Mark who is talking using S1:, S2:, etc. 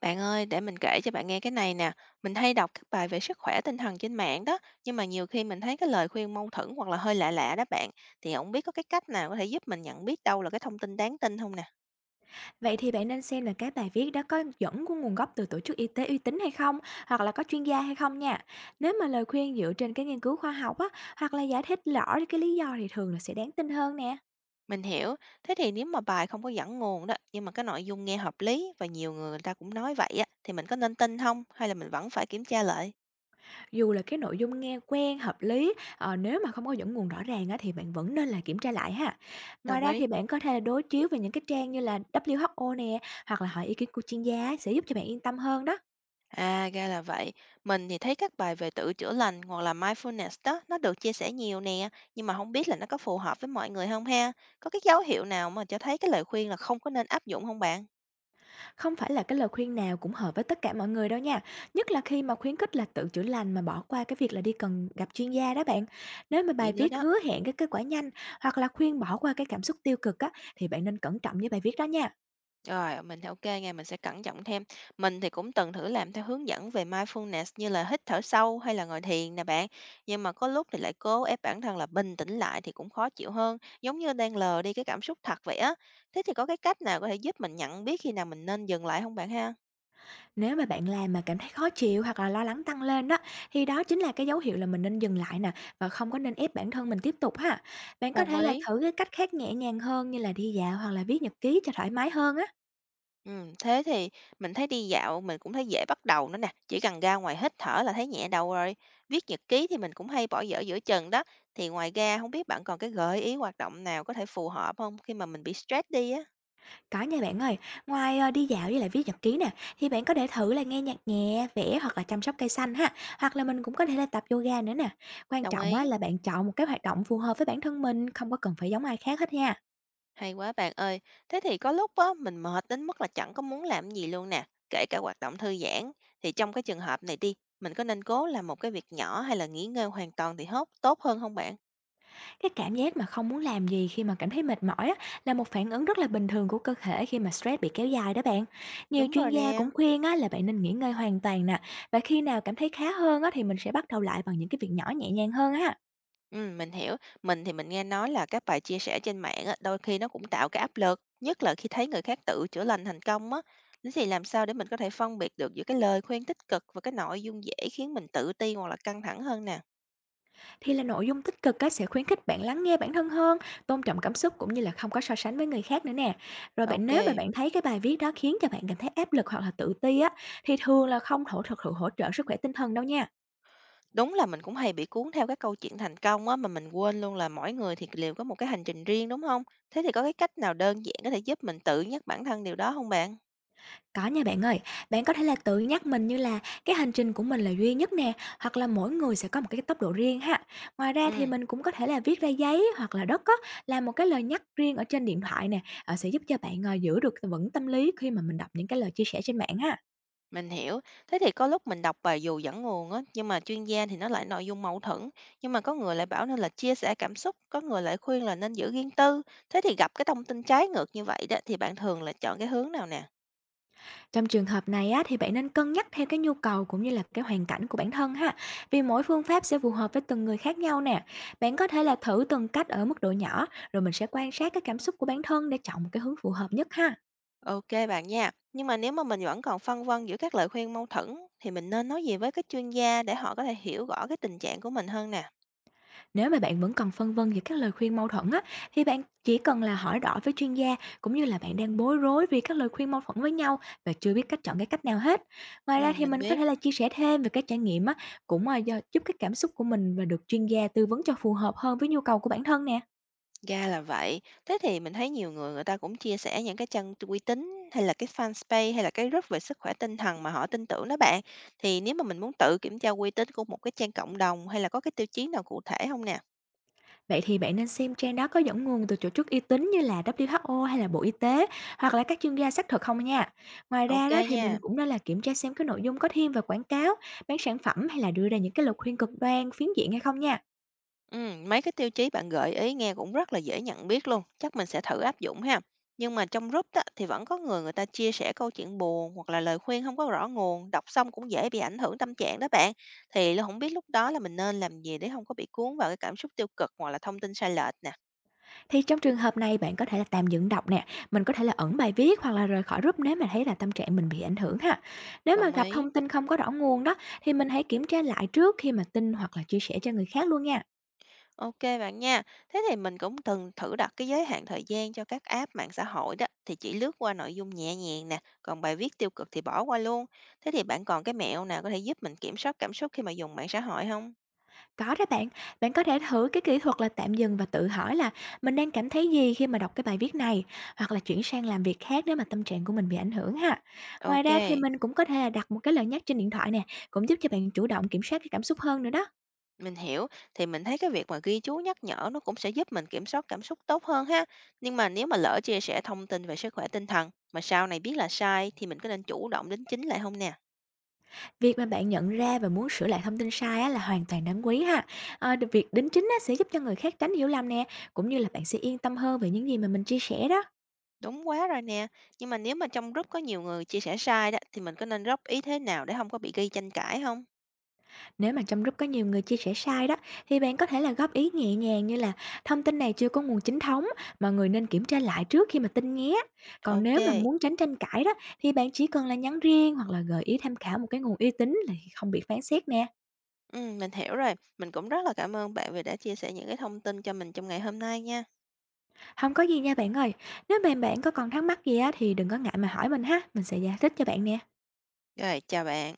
S1: Bạn ơi, để mình kể cho bạn nghe cái này nè. Mình hay đọc các bài về sức khỏe tinh thần trên mạng đó, nhưng mà nhiều khi mình thấy cái lời khuyên mâu thuẫn hoặc là hơi lạ lạ đó bạn. Thì không biết có cái cách nào có thể giúp mình nhận biết đâu là cái thông tin đáng tin không nè?
S2: Vậy thì bạn nên xem là cái bài viết đó có dẫn của nguồn gốc từ tổ chức y tế uy tín hay không, hoặc là có chuyên gia hay không nha. Nếu mà lời khuyên dựa trên cái nghiên cứu khoa học á, hoặc là giải thích rõ cái lý do thì thường là sẽ đáng tin hơn nè.
S1: Mình hiểu. Thế thì nếu mà bài không có dẫn nguồn đó, nhưng mà cái nội dung nghe hợp lý và nhiều người người ta cũng nói vậy á, thì mình có nên tin không? Hay là mình vẫn phải kiểm tra lại?
S2: Dù là cái nội dung nghe quen, hợp lý, nếu mà không có dẫn nguồn rõ ràng á, thì bạn vẫn nên là kiểm tra lại ha. Ngoài
S1: Đồng
S2: ra thì
S1: ý.
S2: bạn có thể là đối chiếu về những cái trang như là WHO nè, hoặc là hỏi ý kiến của chuyên gia sẽ giúp cho bạn yên tâm hơn đó.
S1: À, ra là vậy. Mình thì thấy các bài về tự chữa lành hoặc là mindfulness đó, nó được chia sẻ nhiều nè, nhưng mà không biết là nó có phù hợp với mọi người không ha? Có cái dấu hiệu nào mà cho thấy cái lời khuyên là không có nên áp dụng không bạn?
S2: Không phải là cái lời khuyên nào cũng hợp với tất cả mọi người đâu nha, nhất là khi mà khuyến khích là tự chữa lành mà bỏ qua cái việc là đi cần gặp chuyên gia đó bạn. Nếu mà bài
S1: Vậy nữa
S2: viết
S1: đó.
S2: hứa hẹn cái kết quả nhanh hoặc là khuyên bỏ qua cái cảm xúc tiêu cực á, thì bạn nên cẩn trọng với bài viết đó nha.
S1: Rồi, mình thì ok nghe, mình sẽ cẩn trọng thêm. Mình thì cũng từng thử làm theo hướng dẫn về mindfulness như là hít thở sâu hay là ngồi thiền nè bạn. Nhưng mà có lúc thì lại cố ép bản thân là bình tĩnh lại thì cũng khó chịu hơn, giống như đang lờ đi cái cảm xúc thật vậy á. Thế thì có cái cách nào có thể giúp mình nhận biết khi nào mình nên dừng lại không bạn ha?
S2: Nếu mà bạn làm mà cảm thấy khó chịu hoặc là lo lắng tăng lên đó, thì đó chính là cái dấu hiệu là mình nên dừng lại nè, và không có nên ép bản thân mình tiếp tục ha. Bạn có
S1: Đồng
S2: thể là
S1: ý.
S2: thử cái cách khác nhẹ nhàng hơn, như là đi dạo hoặc là viết nhật ký cho thoải mái hơn á.
S1: Thế thì mình thấy đi dạo mình cũng thấy dễ bắt đầu nữa nè, chỉ cần ra ngoài hít thở là thấy nhẹ đầu rồi. Viết nhật ký thì mình cũng hay bỏ dở giữa chừng đó. Thì ngoài ra không biết bạn còn cái gợi ý hoạt động nào có thể phù hợp không khi mà mình bị stress đi á?
S2: Có nha bạn ơi, ngoài đi dạo với lại viết nhật ký nè, thì bạn có thể thử là nghe nhạc nhẹ, vẽ hoặc là chăm sóc cây xanh ha, hoặc là mình cũng có thể là tập yoga nữa nè. Quan
S1: Đồng
S2: trọng á
S1: ý.
S2: là bạn chọn một cái hoạt động phù hợp với bản thân mình, không có cần phải giống ai khác hết nha.
S1: Hay quá bạn ơi. Thế thì có lúc á, mình mệt đến mức là chẳng có muốn làm gì luôn nè, kể cả hoạt động thư giãn. Thì trong cái trường hợp này đi, mình có nên cố làm một cái việc nhỏ hay là nghỉ ngơi hoàn toàn thì tốt hơn không bạn?
S2: Cái cảm giác mà không muốn làm gì khi mà cảm thấy mệt mỏi á, là một phản ứng rất là bình thường của cơ thể khi mà stress bị kéo dài đó bạn. Nhiều
S1: Đúng
S2: chuyên
S1: rồi
S2: gia
S1: nè.
S2: cũng khuyên á là bạn nên nghỉ ngơi hoàn toàn nè, và khi nào cảm thấy khá hơn á thì mình sẽ bắt đầu lại bằng những cái việc nhỏ nhẹ nhàng hơn á.
S1: Mình hiểu. Mình thì mình nghe nói là các bài chia sẻ trên mạng á, đôi khi nó cũng tạo cái áp lực, nhất là khi thấy người khác tự chữa lành thành công á. Thế thì làm sao để mình có thể phân biệt được giữa cái lời khuyên tích cực và cái nội dung dễ khiến mình tự ti hoặc là căng thẳng hơn nè?
S2: Thì là nội dung tích cực á sẽ khuyến khích bạn lắng nghe bản thân hơn, tôn trọng cảm xúc, cũng như là không có so sánh với người khác nữa nè. Rồi bạn,
S1: Ok,
S2: nếu mà bạn thấy cái bài viết đó khiến cho bạn cảm thấy áp lực hoặc là tự ti á, thì thường là không thực sự hỗ trợ sức khỏe tinh thần đâu nha.
S1: đúng là mình cũng hay bị cuốn theo các câu chuyện thành công á, mà mình quên luôn là mỗi người thì đều có một cái hành trình riêng đúng không? Thế thì có cái cách nào đơn giản có thể giúp mình tự nhắc bản thân điều đó không bạn?
S2: Có nha bạn ơi, bạn có thể là tự nhắc mình như là: cái hành trình của mình là duy nhất nè, hoặc là mỗi người sẽ có một cái tốc độ riêng ha. Ngoài ra thì
S1: Ừ.
S2: mình cũng có thể là viết ra giấy hoặc là đất á, là một cái lời nhắc riêng ở trên điện thoại nè, sẽ giúp cho bạn giữ được vững tâm lý khi mà mình đọc những cái lời chia sẻ trên mạng ha.
S1: Mình hiểu. Thế thì có lúc mình đọc bài dù dẫn nguồn á, nhưng mà chuyên gia thì nó lại nội dung mâu thuẫn, nhưng mà có người lại bảo nên là chia sẻ cảm xúc, có người lại khuyên là nên giữ riêng tư. Thế thì gặp cái thông tin trái ngược như vậy đó thì bạn thường là chọn cái hướng nào nè?
S2: Trong trường hợp này á, thì bạn nên cân nhắc theo cái nhu cầu cũng như là cái hoàn cảnh của bản thân ha. Vì mỗi phương pháp sẽ phù hợp với từng người khác nhau nè. Bạn có thể là thử từng cách ở mức độ nhỏ, rồi mình sẽ quan sát cái cảm xúc của bản thân để chọn một cái hướng phù hợp nhất ha.
S1: Ok bạn nha. Nhưng mà nếu mà mình vẫn còn phân vân giữa các lời khuyên mâu thuẫn thì mình nên nói gì với các chuyên gia để họ có thể hiểu rõ cái tình trạng của mình hơn nè.
S2: Nếu mà bạn vẫn còn phân vân giữa các lời khuyên mâu thuẫn á, thì bạn chỉ cần là hỏi rõ với chuyên gia, cũng như là bạn đang bối rối vì các lời khuyên mâu thuẫn với nhau và chưa biết cách chọn cái cách nào hết. Ngoài
S1: Ừ,
S2: ra thì
S1: mình
S2: mình có
S1: biết.
S2: thể là chia sẻ thêm về các trải nghiệm á, giúp cái cảm xúc của mình và được chuyên gia tư vấn cho phù hợp hơn với nhu cầu của bản thân nè.
S1: Ra là vậy. Thế thì mình thấy nhiều người người ta cũng chia sẻ những cái trang uy tín, hay là cái Fanpage, hay là cái group về sức khỏe tinh thần mà họ tin tưởng đó bạn. Thì nếu mà mình muốn tự kiểm tra uy tín của một cái trang cộng đồng hay là có cái tiêu chí nào cụ thể không nè?
S2: Vậy thì bạn nên xem trang đó có dẫn nguồn từ tổ chức uy tín như là WHO hay là Bộ Y tế, hoặc là các chuyên gia xác thực không nha. Ngoài
S1: Ok
S2: ra đó thì
S1: nha.
S2: mình cũng nên là kiểm tra xem cái nội dung có thiên về quảng cáo, bán sản phẩm, hay là đưa ra những cái lời khuyên cực đoan, phiến diện hay không nha.
S1: Mấy cái tiêu chí bạn gợi ý nghe cũng rất là dễ nhận biết luôn, chắc mình sẽ thử áp dụng ha. Nhưng mà trong group á, thì vẫn có người người ta chia sẻ câu chuyện buồn hoặc là lời khuyên không có rõ nguồn, đọc xong cũng dễ bị ảnh hưởng tâm trạng đó bạn. Thì là không biết lúc đó là mình nên làm gì để không có bị cuốn vào cái cảm xúc tiêu cực hoặc là thông tin sai lệch nè.
S2: Thì trong trường hợp này, bạn có thể là tạm dừng đọc nè, mình có thể là ẩn bài viết hoặc là rời khỏi group nếu mà thấy là tâm trạng mình bị ảnh hưởng ha. Nếu mà
S1: Đồng
S2: gặp thông
S1: ý.
S2: tin không có rõ nguồn đó, thì mình hãy kiểm tra lại trước khi mà tin hoặc là chia sẻ cho người khác luôn nha.
S1: OK bạn nha. Thế thì mình cũng từng thử đặt cái giới hạn thời gian cho các app mạng xã hội đó, thì chỉ lướt qua nội dung nhẹ nhàng nè, còn bài viết tiêu cực thì bỏ qua luôn. Thế thì bạn còn cái mẹo nào có thể giúp mình kiểm soát cảm xúc khi mà dùng mạng xã hội không?
S2: Có đó bạn, bạn có thể thử cái kỹ thuật là tạm dừng và tự hỏi là: mình đang cảm thấy gì khi mà đọc cái bài viết này, hoặc là chuyển sang làm việc khác nếu mà tâm trạng của mình bị ảnh hưởng ha. Ngoài
S1: Ok,
S2: ra thì mình cũng có thể là đặt một cái lời nhắc trên điện thoại nè, cũng giúp cho bạn chủ động kiểm soát cái cảm xúc hơn nữa đó.
S1: mình hiểu. Thì mình thấy cái việc mà ghi chú nhắc nhở nó cũng sẽ giúp mình kiểm soát cảm xúc tốt hơn ha. Nhưng mà nếu mà lỡ chia sẻ thông tin về sức khỏe tinh thần mà sau này biết là sai thì mình có nên chủ động đính chính lại không nè?
S2: Việc mà bạn nhận ra và muốn sửa lại thông tin sai á, là hoàn toàn đáng quý ha. À, việc đính chính á, sẽ giúp cho người khác tránh hiểu lầm nè, cũng như là bạn sẽ yên tâm hơn về những gì mà mình chia sẻ đó.
S1: Đúng quá rồi nè, nhưng mà nếu mà trong group có nhiều người chia sẻ sai đó thì mình có nên góp ý thế nào để không có bị gây tranh cãi không?
S2: Nếu mà trong group có nhiều người chia sẻ sai đó, thì bạn có thể là góp ý nhẹ nhàng như là: thông tin này chưa có nguồn chính thống, mọi người nên kiểm tra lại trước khi mà tin nhé. Còn
S1: Ok,
S2: nếu mà muốn tránh tranh cãi đó, thì bạn chỉ cần là nhắn riêng hoặc là gợi ý tham khảo một cái nguồn uy tín là không bị phán xét nè.
S1: mình hiểu rồi. Mình cũng rất là cảm ơn bạn vì đã chia sẻ những cái thông tin cho mình trong ngày hôm nay nha.
S2: Không có gì nha bạn ơi, nếu bạn bạn có còn thắc mắc gì á thì đừng có ngại mà hỏi mình ha, mình sẽ giải thích cho bạn nè.
S1: Rồi, chào bạn.